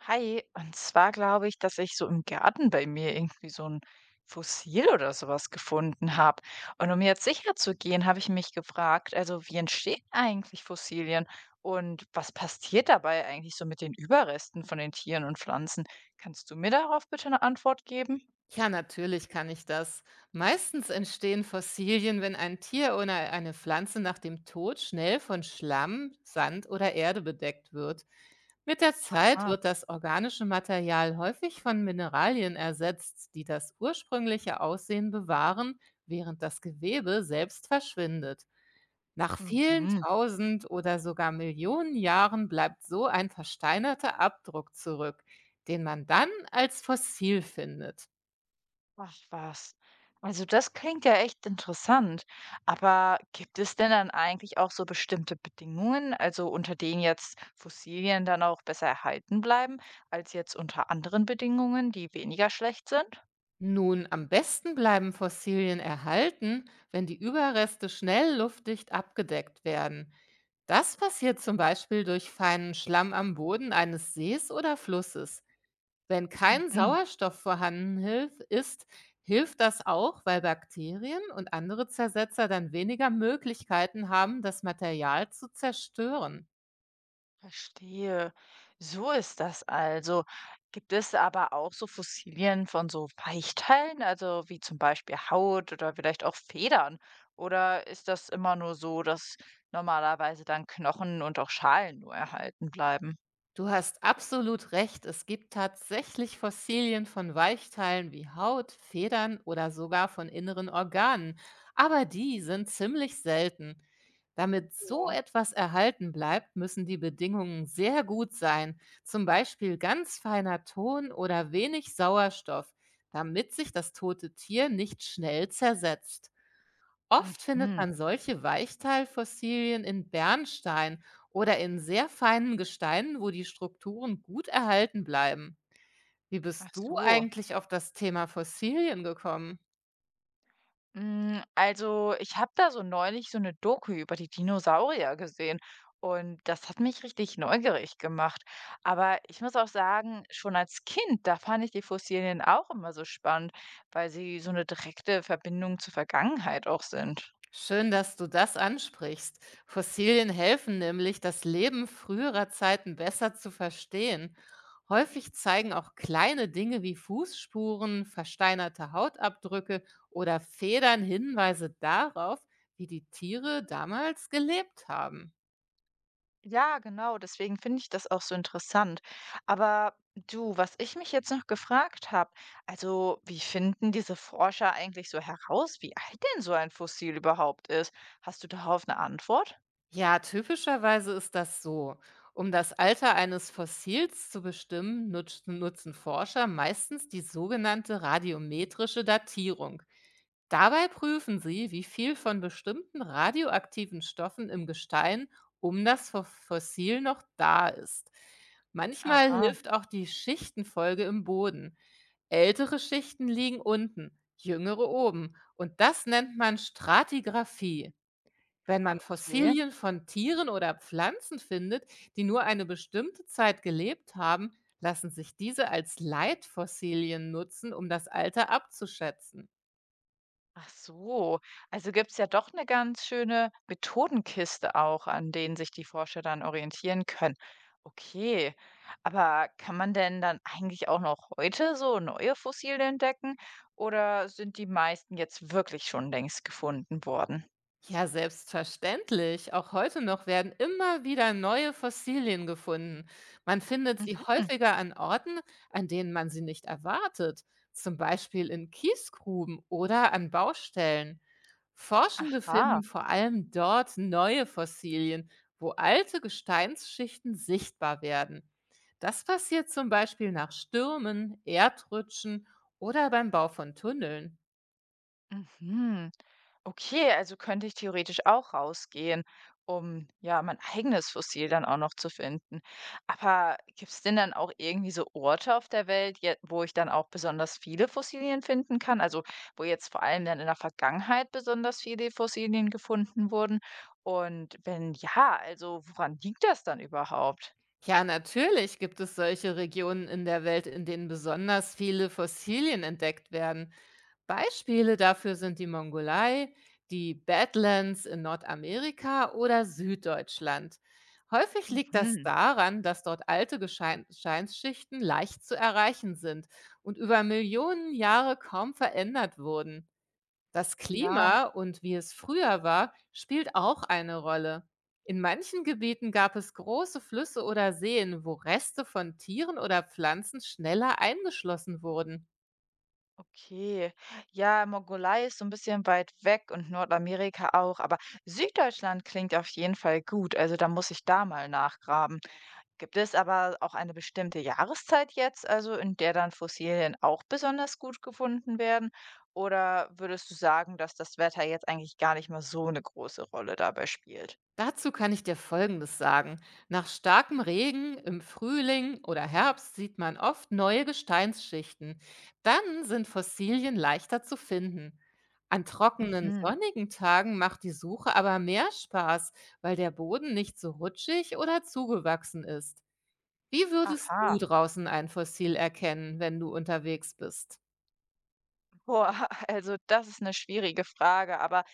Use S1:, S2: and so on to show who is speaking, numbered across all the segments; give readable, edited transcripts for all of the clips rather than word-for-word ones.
S1: Hi, und zwar glaube ich, dass ich so im Garten bei mir irgendwie so ein Fossil oder sowas gefunden habe. Und um jetzt sicher zu gehen, habe ich mich gefragt, also wie entstehen eigentlich Fossilien und was passiert dabei eigentlich so mit den Überresten von den Tieren und Pflanzen? Kannst du mir darauf bitte eine Antwort geben?
S2: Ja, natürlich kann ich das. Meistens entstehen Fossilien, wenn ein Tier oder eine Pflanze nach dem Tod schnell von Schlamm, Sand oder Erde bedeckt wird. Mit der Zeit
S1: Ah.
S2: wird das organische Material häufig von Mineralien ersetzt, die das ursprüngliche Aussehen bewahren, während das Gewebe selbst verschwindet. Nach vielen
S1: Mhm.
S2: tausend oder sogar Millionen Jahren bleibt so ein versteinerter Abdruck zurück, den man dann als Fossil findet.
S1: Ach was. Also das klingt ja echt interessant. Aber gibt es denn dann eigentlich auch so bestimmte Bedingungen, also unter denen jetzt Fossilien dann auch besser erhalten bleiben, als jetzt unter anderen Bedingungen, die weniger schlecht sind?
S2: Nun, am besten bleiben Fossilien erhalten, wenn die Überreste schnell luftdicht abgedeckt werden. Das passiert zum Beispiel durch feinen Schlamm am Boden eines Sees oder Flusses. Wenn kein
S1: Mhm.
S2: Sauerstoff vorhanden ist, hilft das auch, weil Bakterien und andere Zersetzer dann weniger Möglichkeiten haben, das Material zu zerstören.
S1: Verstehe. So ist das also. Gibt es aber auch so Fossilien von so Weichteilen, also wie zum Beispiel Haut oder vielleicht auch Federn? Oder ist das immer nur so, dass normalerweise dann Knochen und auch Schalen nur erhalten bleiben?
S2: Du hast absolut recht. Es gibt tatsächlich Fossilien von Weichteilen wie Haut, Federn oder sogar von inneren Organen. Aber die sind ziemlich selten. Damit so
S1: Oh.
S2: etwas erhalten bleibt, müssen die Bedingungen sehr gut sein. Zum Beispiel ganz feiner Ton oder wenig Sauerstoff, damit sich das tote Tier nicht schnell zersetzt. Oft findet
S1: Mhm.
S2: man solche Weichteilfossilien in Bernstein oder in sehr feinen Gesteinen, wo die Strukturen gut erhalten bleiben. Wie
S1: Ach
S2: bist du
S1: so.
S2: eigentlich auf das Thema Fossilien gekommen?
S1: Also, ich habe da so neulich so eine Doku über die Dinosaurier gesehen und das hat mich richtig neugierig gemacht. Aber ich muss auch sagen, schon als Kind, da fand ich die Fossilien auch immer so spannend, weil sie so eine direkte Verbindung zur Vergangenheit auch sind.
S2: Schön, dass du das ansprichst. Fossilien helfen nämlich, das Leben früherer Zeiten besser zu verstehen. Häufig zeigen auch kleine Dinge wie Fußspuren, versteinerte Hautabdrücke oder Federn Hinweise darauf, wie die Tiere damals gelebt haben.
S1: Ja, genau, deswegen finde ich das auch so interessant. Aber du, was ich mich jetzt noch gefragt habe, also, wie finden diese Forscher eigentlich so heraus, wie alt denn so ein Fossil überhaupt ist? Hast du darauf eine Antwort?
S2: Ja, typischerweise ist das so. Um das Alter eines Fossils zu bestimmen, nutzen Forscher meistens die sogenannte radiometrische Datierung. Dabei prüfen sie, wie viel von bestimmten radioaktiven Stoffen im Gestein um das Fossil noch da ist. Manchmal
S1: Aha,
S2: hilft auch die Schichtenfolge im Boden. Ältere Schichten liegen unten, jüngere oben. Und das nennt man Stratigraphie. Wenn man
S1: okay.
S2: Fossilien von Tieren oder Pflanzen findet, die nur eine bestimmte Zeit gelebt haben, lassen sich diese als Leitfossilien nutzen, um das Alter abzuschätzen.
S1: Ach so. Also gibt es ja doch eine ganz schöne Methodenkiste auch, an denen sich die Forscher dann orientieren können. Okay, aber kann man denn dann eigentlich auch noch heute so neue Fossilien entdecken oder sind die meisten jetzt wirklich schon längst gefunden worden?
S2: Ja, selbstverständlich. Auch heute noch werden immer wieder neue Fossilien gefunden. Man findet sie
S1: Mhm.
S2: häufiger an Orten, an denen man sie nicht erwartet, zum Beispiel in Kiesgruben oder an Baustellen. Forschende finden
S1: Aha.
S2: vor allem dort neue Fossilien, wo alte Gesteinsschichten sichtbar werden. Das passiert zum Beispiel nach Stürmen, Erdrutschen oder beim Bau von Tunneln.
S1: Mhm. Okay, also könnte ich theoretisch auch rausgehen, um ja mein eigenes Fossil dann auch noch zu finden. Aber gibt es denn dann auch irgendwie so Orte auf der Welt, je- wo ich dann auch besonders viele Fossilien finden kann? Also wo jetzt vor allem dann in der Vergangenheit besonders viele Fossilien gefunden wurden? Und wenn ja, also woran liegt das dann überhaupt?
S2: Ja, natürlich gibt es solche Regionen in der Welt, in denen besonders viele Fossilien entdeckt werden. Beispiele dafür sind die Mongolei, die Badlands in Nordamerika oder Süddeutschland. Häufig liegt das
S1: Mhm.
S2: daran, dass dort alte Gesteinsschichten leicht zu erreichen sind und über Millionen Jahre kaum verändert wurden. Das
S1: Ja.
S2: Klima und wie es früher war, spielt auch eine Rolle. In manchen Gebieten gab es große Flüsse oder Seen, wo Reste von Tieren oder Pflanzen schneller eingeschlossen wurden.
S1: Okay. Ja, Mongolei ist so ein bisschen weit weg und Nordamerika auch, aber Süddeutschland klingt auf jeden Fall gut. Also, da muss ich da mal nachgraben. Gibt es aber auch eine bestimmte Jahreszeit jetzt, also in der dann Fossilien auch besonders gut gefunden werden? Oder würdest du sagen, dass das Wetter jetzt eigentlich gar nicht mehr so eine große Rolle dabei spielt?
S2: Dazu kann ich dir Folgendes sagen. Nach starkem Regen im Frühling oder Herbst sieht man oft neue Gesteinsschichten. Dann sind Fossilien leichter zu finden. An trockenen,
S1: Mhm.
S2: sonnigen Tagen macht die Suche aber mehr Spaß, weil der Boden nicht so rutschig oder zugewachsen ist. Wie würdest du
S1: Aha.
S2: draußen ein Fossil erkennen, wenn du unterwegs bist?
S1: Boah, also das ist eine schwierige Frage, aber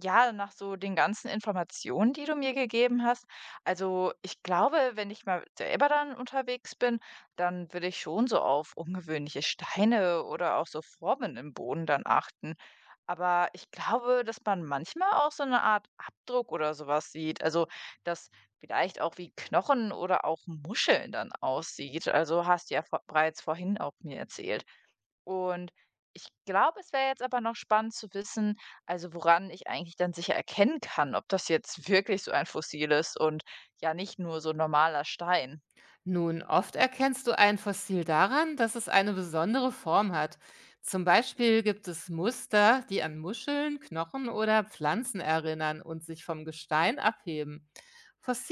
S1: ja, nach so den ganzen Informationen, die du mir gegeben hast. Also ich glaube, wenn ich mal selber dann unterwegs bin, dann würde ich schon so auf ungewöhnliche Steine oder auch so Formen im Boden dann achten. Aber ich glaube, dass man manchmal auch so eine Art Abdruck oder sowas sieht. Also, dass vielleicht auch wie Knochen oder auch Muscheln dann aussieht. Also hast du ja vor bereits vorhin auch mir erzählt. Und ich glaube, es wäre jetzt aber noch spannend zu wissen, also woran ich eigentlich dann sicher erkennen kann, ob das jetzt wirklich so ein Fossil ist und ja nicht nur so 'n normaler Stein.
S2: Nun, oft erkennst du ein Fossil daran, dass es eine besondere Form hat. Zum Beispiel gibt es Muster, die an Muscheln, Knochen oder Pflanzen erinnern und sich vom Gestein abheben.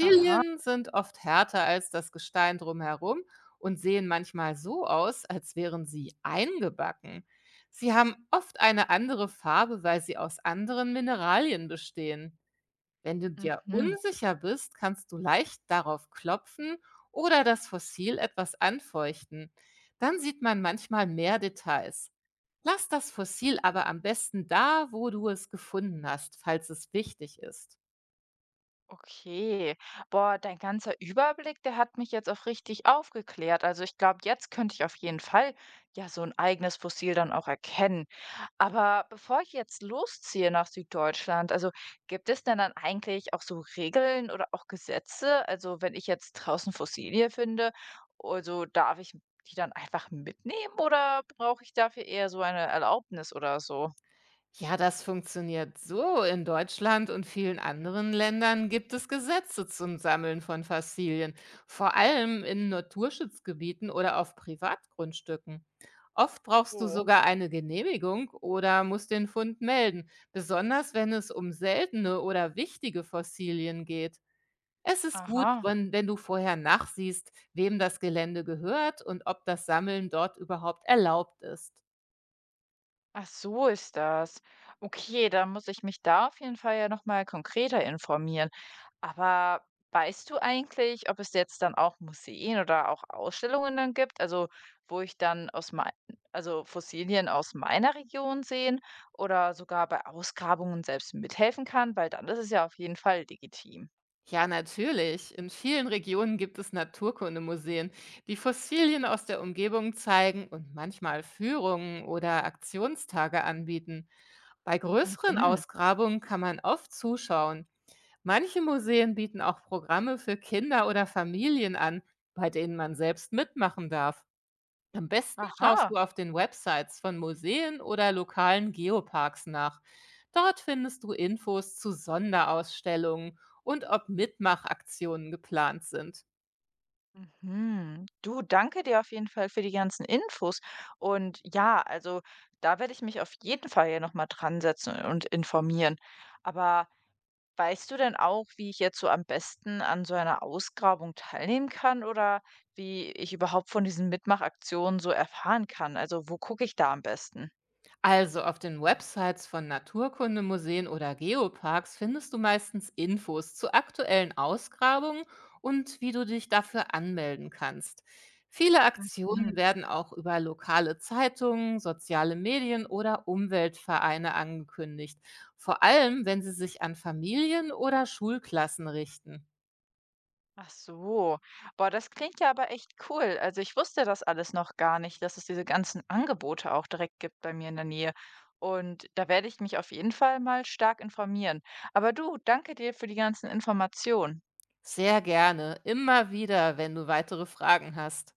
S1: Aha,
S2: sind oft härter als das Gestein drumherum und sehen manchmal so aus, als wären sie eingebacken. Sie haben oft eine andere Farbe, weil sie aus anderen Mineralien bestehen. Wenn du dir
S1: mhm.
S2: unsicher bist, kannst du leicht darauf klopfen oder das Fossil etwas anfeuchten. Dann sieht man manchmal mehr Details. Lass das Fossil aber am besten da, wo du es gefunden hast, falls es wichtig ist.
S1: Okay. Boah, dein ganzer Überblick, der hat mich jetzt auch richtig aufgeklärt. Also ich glaube, jetzt könnte ich auf jeden Fall ja so ein eigenes Fossil dann auch erkennen. Aber bevor ich jetzt losziehe nach Süddeutschland, also gibt es denn dann eigentlich auch so Regeln oder auch Gesetze? Also wenn ich jetzt draußen Fossilie finde, also darf ich die dann einfach mitnehmen oder brauche ich dafür eher so eine Erlaubnis oder so?
S2: Ja, das funktioniert so. In Deutschland und vielen anderen Ländern gibt es Gesetze zum Sammeln von Fossilien, vor allem in Naturschutzgebieten oder auf Privatgrundstücken. Oft brauchst du
S1: Oh,
S2: sogar eine Genehmigung oder musst den Fund melden, besonders wenn es um seltene oder wichtige Fossilien geht. Es ist gut,
S1: aha.
S2: wenn du vorher nachsiehst, wem das Gelände gehört und ob das Sammeln dort überhaupt erlaubt ist.
S1: Ach so ist das. Okay, dann muss ich mich da auf jeden Fall ja noch mal konkreter informieren. Aber weißt du eigentlich, ob es jetzt dann auch Museen oder auch Ausstellungen dann gibt, also wo ich dann aus mein, also Fossilien aus meiner Region sehen oder sogar bei Ausgrabungen selbst mithelfen kann, weil dann ist es ja auf jeden Fall legitim.
S2: Ja, natürlich. In vielen Regionen gibt es Naturkundemuseen, die Fossilien aus der Umgebung zeigen und manchmal Führungen oder Aktionstage anbieten. Bei größeren
S1: Mhm.
S2: Ausgrabungen kann man oft zuschauen. Manche Museen bieten auch Programme für Kinder oder Familien an, bei denen man selbst mitmachen darf. Am besten schaust du
S1: Aha.
S2: auf den Websites von Museen oder lokalen Geoparks nach. Dort findest du Infos zu Sonderausstellungen und ob Mitmachaktionen geplant sind.
S1: Mhm. Du, danke dir auf jeden Fall für die ganzen Infos. Und ja, also da werde ich mich auf jeden Fall ja nochmal dran setzen und informieren. Aber weißt du denn auch, wie ich jetzt so am besten an so einer Ausgrabung teilnehmen kann oder wie ich überhaupt von diesen Mitmachaktionen so erfahren kann? Also wo gucke ich da am besten?
S2: Also auf den Websites von Naturkundemuseen oder Geoparks findest du meistens Infos zu aktuellen Ausgrabungen und wie du dich dafür anmelden kannst. Viele Aktionen
S1: Mhm.
S2: werden auch über lokale Zeitungen, soziale Medien oder Umweltvereine angekündigt, vor allem wenn sie sich an Familien oder Schulklassen richten.
S1: Ach so. Boah, das klingt ja aber echt cool. Also ich wusste das alles noch gar nicht, dass es diese ganzen Angebote auch direkt gibt bei mir in der Nähe. Und da werde ich mich auf jeden Fall mal stark informieren. Aber du, danke dir für die ganzen Informationen.
S2: Sehr gerne, immer wieder, wenn du weitere Fragen hast.